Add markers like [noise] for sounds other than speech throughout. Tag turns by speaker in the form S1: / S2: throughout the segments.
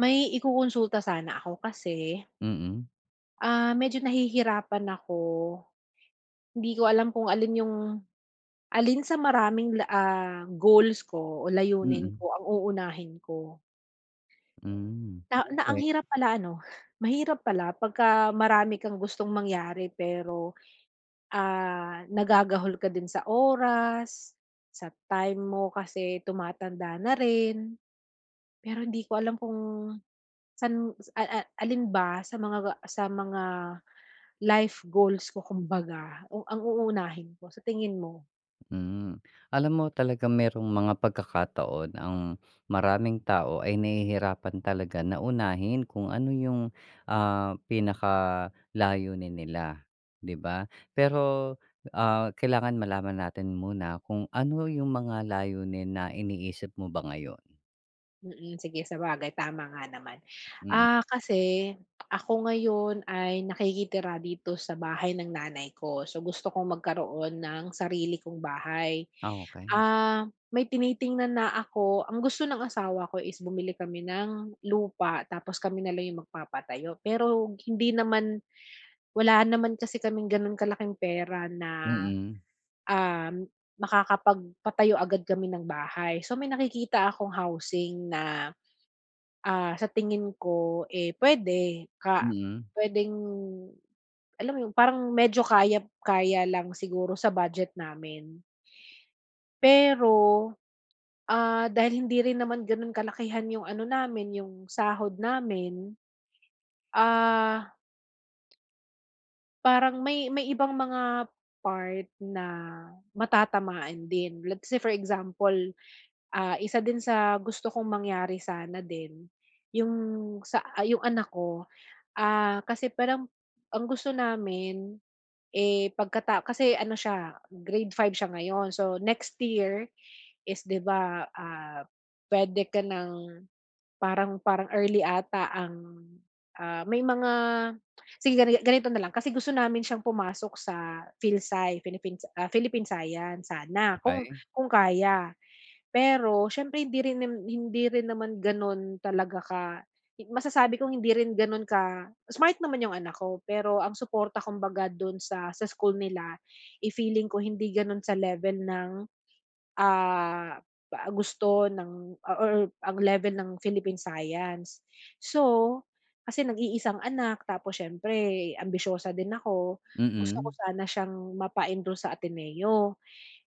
S1: May ikukonsulta sana ako kasi,
S2: Mm,
S1: medyo nahihirapan ako. Hindi ko alam kung alin sa maraming goals ko o layunin
S2: mm,
S1: ko ang uunahin ko.
S2: hmm,
S1: Na na ang
S2: okey,
S1: hirap pala ano, [laughs] mahirap pala pagka marami kang gustong mangyari pero, nagagahol ka din sa oras, sa time mo kasi tumatanda na rin. Pero hindi ko alam kung San a alin ba sa mga life goals ko kumbaga o ang uunahin ko sa tingin mo?
S2: hmm. Alam mo talagang merong mga pagkakataon ang maraming tao ay nahihirapan talaga na unahin kung ano yung, pinakalayunin nila, 'di ba? Pero, kailangan malaman natin muna kung ano yung mga layunin na iniisip mo ba ngayon?
S1: Mm, sige sabagay tama nga naman.
S2: Mm,
S1: Kasi ako ngayon ay nakikitira dito sa bahay ng nanay ko. So gusto kong magkaroon ng sarili kong bahay.
S2: okey.
S1: May tinitingnan na ako ang gusto ng asawa ko is bumili kami ng lupa tapos kami na lang yung magpapatayo. Pero hindi naman. Wala naman kasi kaming gano'n kalaking pera na,
S2: Mm,
S1: um, makakapagpatayo agad kami ng bahay. So, may nakikita akong housing na, sa tingin ko, eh, puwede ka
S2: mm,
S1: puwedeng alam mo 'yun, parang medyo kaya kaya lang siguro sa budget namin. Pero, dahil hindi rin naman gano'n kalakihan yung ano namin, yung sahod namin, ah parang may ibang mga part na matatamaan din. Let's say for example, isa din sa gusto kong mangyari sana din, yung yung anak ko, kasi parang ang gusto namin, eh, kasi ano siya, grade 5 siya ngayon. So next year is 'di ba, puwede ka ng Parang parang early ata ang, may mga sige ganito na lang, kasi gusto namin siyang pumasok sa Phil-Sci, Philippine Philippine Science sana kung
S2: okey.
S1: kung kaya. Pero siyempre hindi rin naman gano'n talaga masasabi kong hindi rin gano'n ka smart naman yung anak ko, pero ang suporta kumbaga do'n sa school nila, eh, feeling ko hindi gano'n sa level ng ah, pa gusto ng or ang level ng Philippine Science. So, kasi nag-iisang anak tapos siyempre ambisyosa din ako, gusto ko
S2: Mm,
S1: sana siyang mapa-enroll sa Ateneo.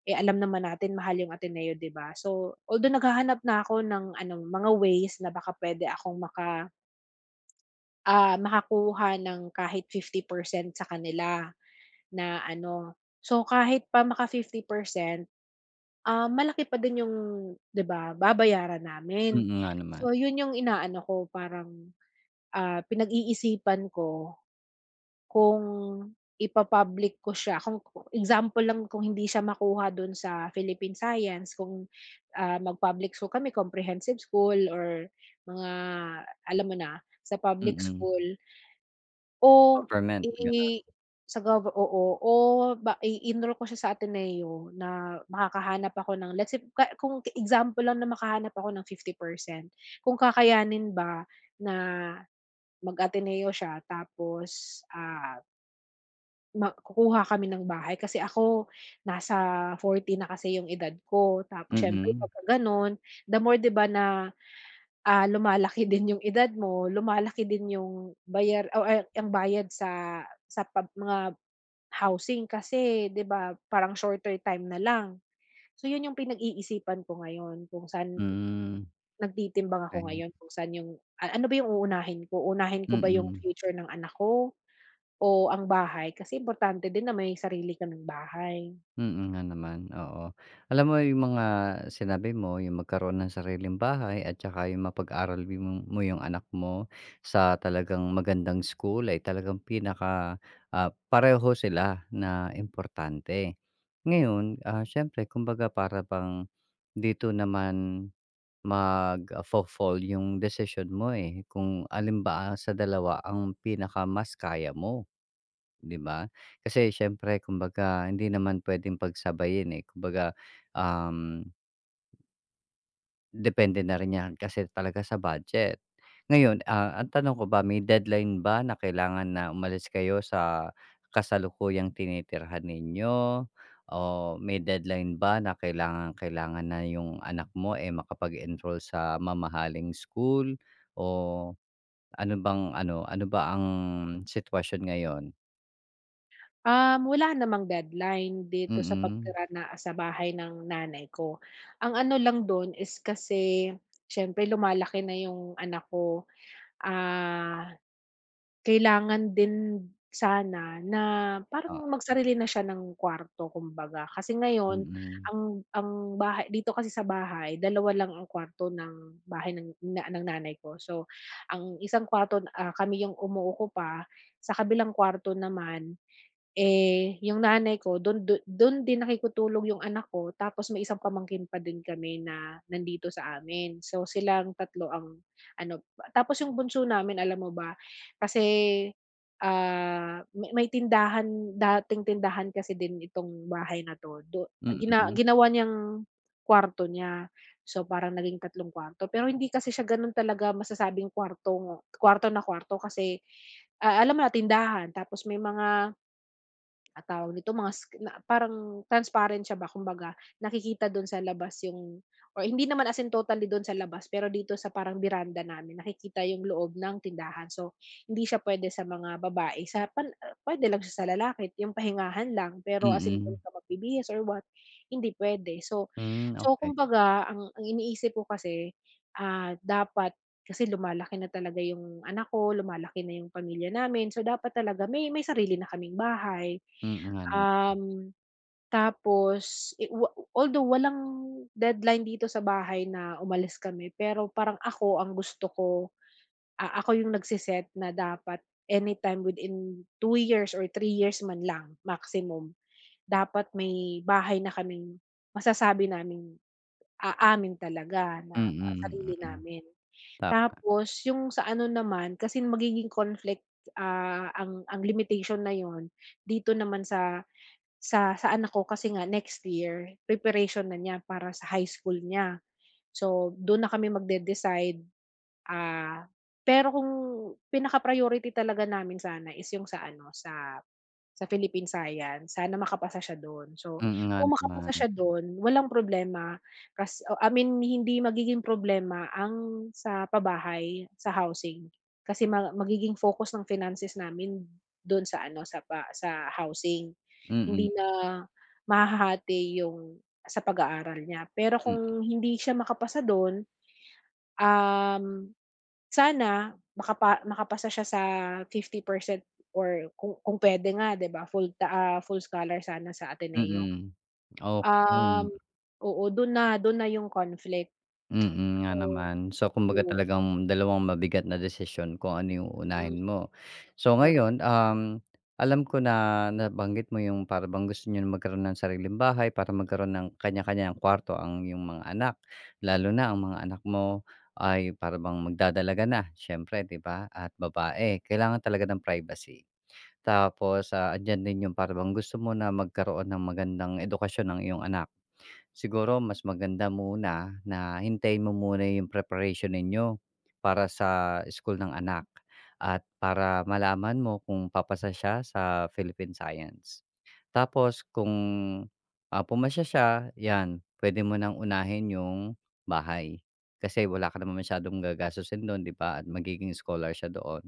S1: Eh, alam naman natin mahal yung Ateneo 'di ba? So, although naghahanap na ako ng anong mga ways na baka puwede akong makakuha ng kahit 50% sa kanila na ano. So, kahit pa maka 50%. Malaki pa din yung, 'di ba, babayaran
S2: mm
S1: namin.
S2: nga naman.
S1: So yun yung inaano ko parang, pinag-iisipan ko kung ipapublic ko siya example lang kung hindi siya makuha dun sa Philippine Science kung, mag-public school kami, comprehensive school or mga alam mo na, sa public
S2: Mm,
S1: school. O
S2: government,
S1: i
S2: gano'n.
S1: sa gov, oo, o ba i-enroll ko siya sa Ateneo na makakahanap ako ng let's say kung example lang na makahanap ako ng 50%, kung kakayanin ba na mag-Ateneo siya tapos, kukuha kami ng bahay kasi ako nasa 40 na kasi yung edad ko tapos siyempre
S2: Mm.
S1: pagka gano'n, the more 'di ba na lumalaki [laughs] din yung edad mo, lumalaki din yung bayar o ay ang bayad sa pag mga housing kasi 'di ba parang shorter time na lang. So yun yung pinag-iisipan ko ngayon kung saan
S2: Hmm,
S1: nagtitimbang ako
S2: okey.
S1: ngayon kung saan yung ano ba yung uunahin ko ba yung
S2: Mm,
S1: future ng anak ko o ang bahay kasi importante din na may sarili ka ng bahay.
S2: mm nga naman, oo. Alam mo yung mga sinabi mo, yung magkaroon ng sariling bahay at saka yung mapag-aral yung mo yung anak mo sa talagang magandang school ay talagang pinaka, pareho sila na importante. Ngayon, siyempre kumbaga para bang dito naman magfo-fall yung desisyon mo, eh, kung alin ba sa dalawa ang pinaka mas kaya mo. 'Di ba? Kasi siyempre kumbaga hindi naman puwedeng pagsabayin, eh. Kumbaga, um, depende na rin 'yan kasi talaga sa budget. Ngayon, ang tanong ko ba, may deadline ba na kailangan na umalis kayo sa kasalukuyang tinitirhan ninyo o may deadline ba na kailangan-kailangan na yung anak mo, eh, makapag-enroll sa mamahaling school o ano bang ano, ano ba ang sitwasyon ngayon?
S1: Wala namang deadline dito sa
S2: Mm.
S1: pagtira na sa bahay ng nanay ko. Ang ano lang don is kasi siyempre lumalaki na yung anak ko, ah, kailangan din sana na parang
S2: Oo,
S1: magsarili na siya ng kwarto kumbaga. Kasi ngayon
S2: mm.
S1: ang bahay dito kasi sa bahay dalawa lang ang kwarto ng bahay ng nanay ko. So, ang isang kwarto, kami yung umuukupa, sa kabilang kwarto naman eh, yung nanay ko dun din nakikutulong yung anak ko tapos may isang pamangkin pa din kami na nandito sa amin. So, silang tatlo ang ano tapos yung bunso namin alam mo ba kasi, may tindahan dating tindahan kasi din itong bahay na 'to do
S2: Mm,
S1: ginawa niyang kuwarto niya. So, parang naging tatlong kuwarto pero hindi kasi siya ganun talaga masasabing kuwartong kuwarto na kuwarto kasi, alam mo na tindahan tapos may mga tawag dito mga sk na parang transparent siya ba kumbaga nakikita dun sa labas yung or hindi naman as in totally dun sa labas pero dito sa parang biranda namin nakikita yung loob ng tindahan. So, hindi siya pwede sa mga babae sa pwede lang siya sa lalaki yung pahingahan lang pero as in dun
S2: mm.
S1: ka magbibihis or what, hindi pwede. So
S2: Hmm,
S1: so
S2: okey.
S1: kumbaga ang iniisip ko kasi, dapat kasi lumalaki na talaga yung anak ko, lumalaki na yung pamilya namin so dapat talaga may sarili na kaming bahay.
S2: Mm nga naman.
S1: Um, Tapos i wa although walang deadline dito sa bahay na umalis kami, pero parang ako ang gusto ko, ako yung nagsiset na dapat anytime within 2 years or 3 years man lang maximum, dapat may bahay na kaming masasabi namin aamin talaga na na
S2: Mm,
S1: sarili
S2: mm.
S1: namin.
S2: tap
S1: Tapos yung sa ano naman kasi magiging conflict, ang limitation na yon dito naman sa anak ko kasi nga next year preparation na niya para sa high school niya. So, doon na kami magde-decide, ah, pero kung pinaka-priority talaga namin sana is yung sa ano, sa Philippine Science, sana makapasa siya don. So,
S2: Mm nga
S1: kung makapasa
S2: naman.
S1: siya dun, walang problema kas o I mean hindi magiging problema ang sa pabahay, sa housing. Kasi magiging focus ng finances namin don sa ano, sa housing.
S2: Mm,
S1: Hindi na mahahati yung sa pag-aaral niya. Pero
S2: mm,
S1: kung hindi siya makapasa don um sana makapasa siya sa 50% or kung puwede nga 'di ba full scholar sana sa Ateneo.
S2: mm. Okey.
S1: Um, Oo, dun na yung conflict.
S2: Mm, nga
S1: So
S2: naman. So, kumbaga
S1: yun,
S2: talagang dalawang mabigat na desisyon kung ano yung
S1: hmm,
S2: uunahin mo. So,
S1: correct,
S2: ngayon, alam ko na nabanggit mo yung para bang gusto nyo na magkaroon ng sariling bahay para magkaroon ng kanya-kanyang kwarto ang yung mga anak. Lalo na ang mga anak mo ay para bang magdadalaga na siyempre, 'di ba, at babae. Kailangan talaga ng privacy. Tapos, andiyan din yung para bang gusto mo na magkaroon ng magandang edukasyon ng iyong anak siguro mas maganda muna na hintayin mo muna yung preparation ninyo para sa school ng anak at para malaman mo kung papasa siya sa Philippine Science. Tapos kung, pumasya siya, 'yan, pwede mo nang unahin yung bahay kasi wala ka naman masyadong gagastusin do'n, 'di ba, at magiging scholar siya doon.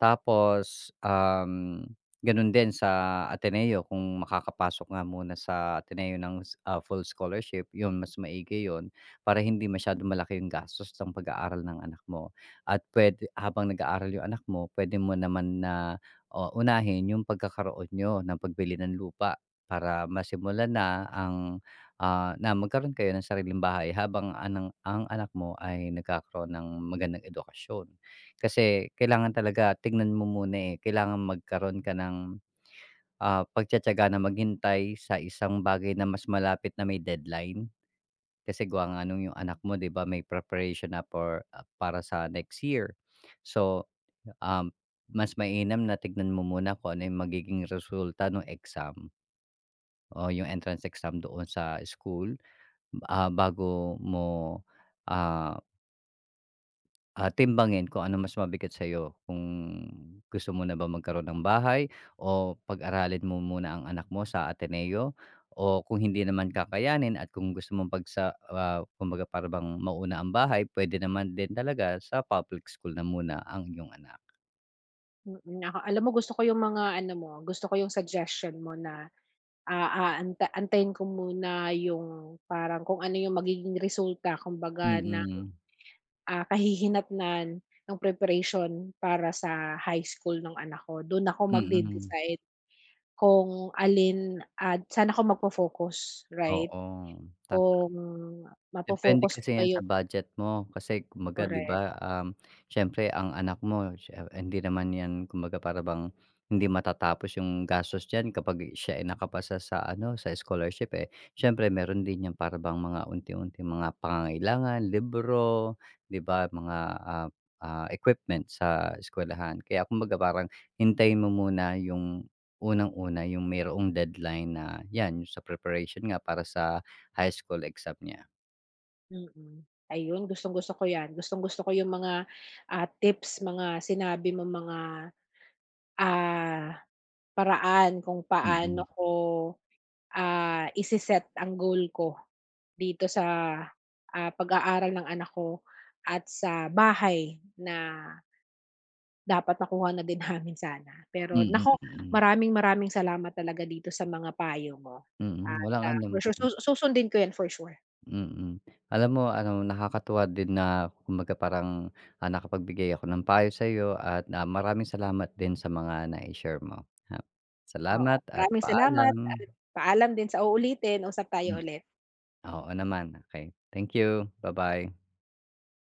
S2: Tapos, gano'n din sa Ateneo kung makakapasok nga muna sa Ateneo ng full scholarship, 'yun mas maigi 'yun para hindi masyadong malaki yung gastos ng pag-aaral ng anak mo at puwede habang nag-aaral yung anak mo, pwede mo naman na, o unahin yung pagkakaroon niyo ng pagbili ng lupa para masimulan na na magkaroon kayo ng sariling bahay habang ang anak mo ay nagkakaroon ng magandang edukasyon. Kasi kailangan talaga tignan mo muna, eh, kailangan magkaroon ka ng, pagtitiyaga na maghintay sa isang bagay na mas malapit na may deadline. Kasi gawa nga nung yung anak mo 'di ba may preparation na para sa next year. So, um, mas mainam na tignan mo muna kung ano yung magiging resulta ng exam o yung entrance exam doon sa school, bago mo, ah timbangin kung ano mas mabigat sa'yo, kung gusto mo na ba magkaroon ng bahay o pag-aralin mo muna ang anak mo sa Ateneo o kung hindi naman kakayanin at kung gusto mong kumbaga para bang mauna ang bahay, pwede naman din talaga sa public school na muna ang iyong anak.
S1: mm. Alam mo gusto ko yung mga ano mo, gusto ko yung suggestion mo na, antayin ko muna yung parang kung ano yung magiging resulta kumbaga ng,
S2: Mm,
S1: kahihinatnan ng preparation para sa high school ng anak ko. Dun ako
S2: mm.
S1: magde-decide. Kung alin at saan ako magfo-focus, right?
S2: Oo, tama.
S1: Kung
S2: Depende
S1: mafo-focus ko
S2: kasi
S1: ba
S2: yan sa
S1: yung
S2: budget mo. Kasi kumbaga 'di
S1: correct,
S2: ba, siyempre ang anak mo siya hindi naman yan kumbaga para bang hindi matatapos yung gastos diyan kapag siya ay nakapasa sa ano, sa scholarship, eh. Siyempre meron din yan para bang mga unti unti mga pangangailangan, libro, 'di ba, mga, ah, equipment sa eskuwelahan. Kaya kumbaga parang hintayin mo muna yung unang-una yung mayroong deadline na yan, yung sa preparation nga para sa high school exam niya.
S1: mm. Ayun, gustong-gusto ko 'yan. Gustong-gusto ko yung mga, tips, mga sinabi mong mga, ah, paraan kung paano
S2: Mm,
S1: ko, ise-set ang goal ko dito sa, pag-aaral ng anak ko at sa bahay na dapat nakuha na din namin sana. Pero
S2: mm,
S1: naku,
S2: mm,
S1: maraming maraming salamat talaga dito sa mga payo mo
S2: mm,
S1: at,
S2: walang
S1: for
S2: anuman,
S1: sure susundin ko 'yan for sure.
S2: mm. Alam mo ano nakakatuwa din na kumbaga parang, nakapagbigay ako ng payo sa'yo at, maraming salamat din sa mga nai-share mo, ha.
S1: Oo,
S2: Salamat at
S1: maraming salamat at
S2: paalam.
S1: paalam din sa uulitin. Usap tayo
S2: Mm,
S1: ulit.
S2: oo naman, okey. Thank you, ba-bye.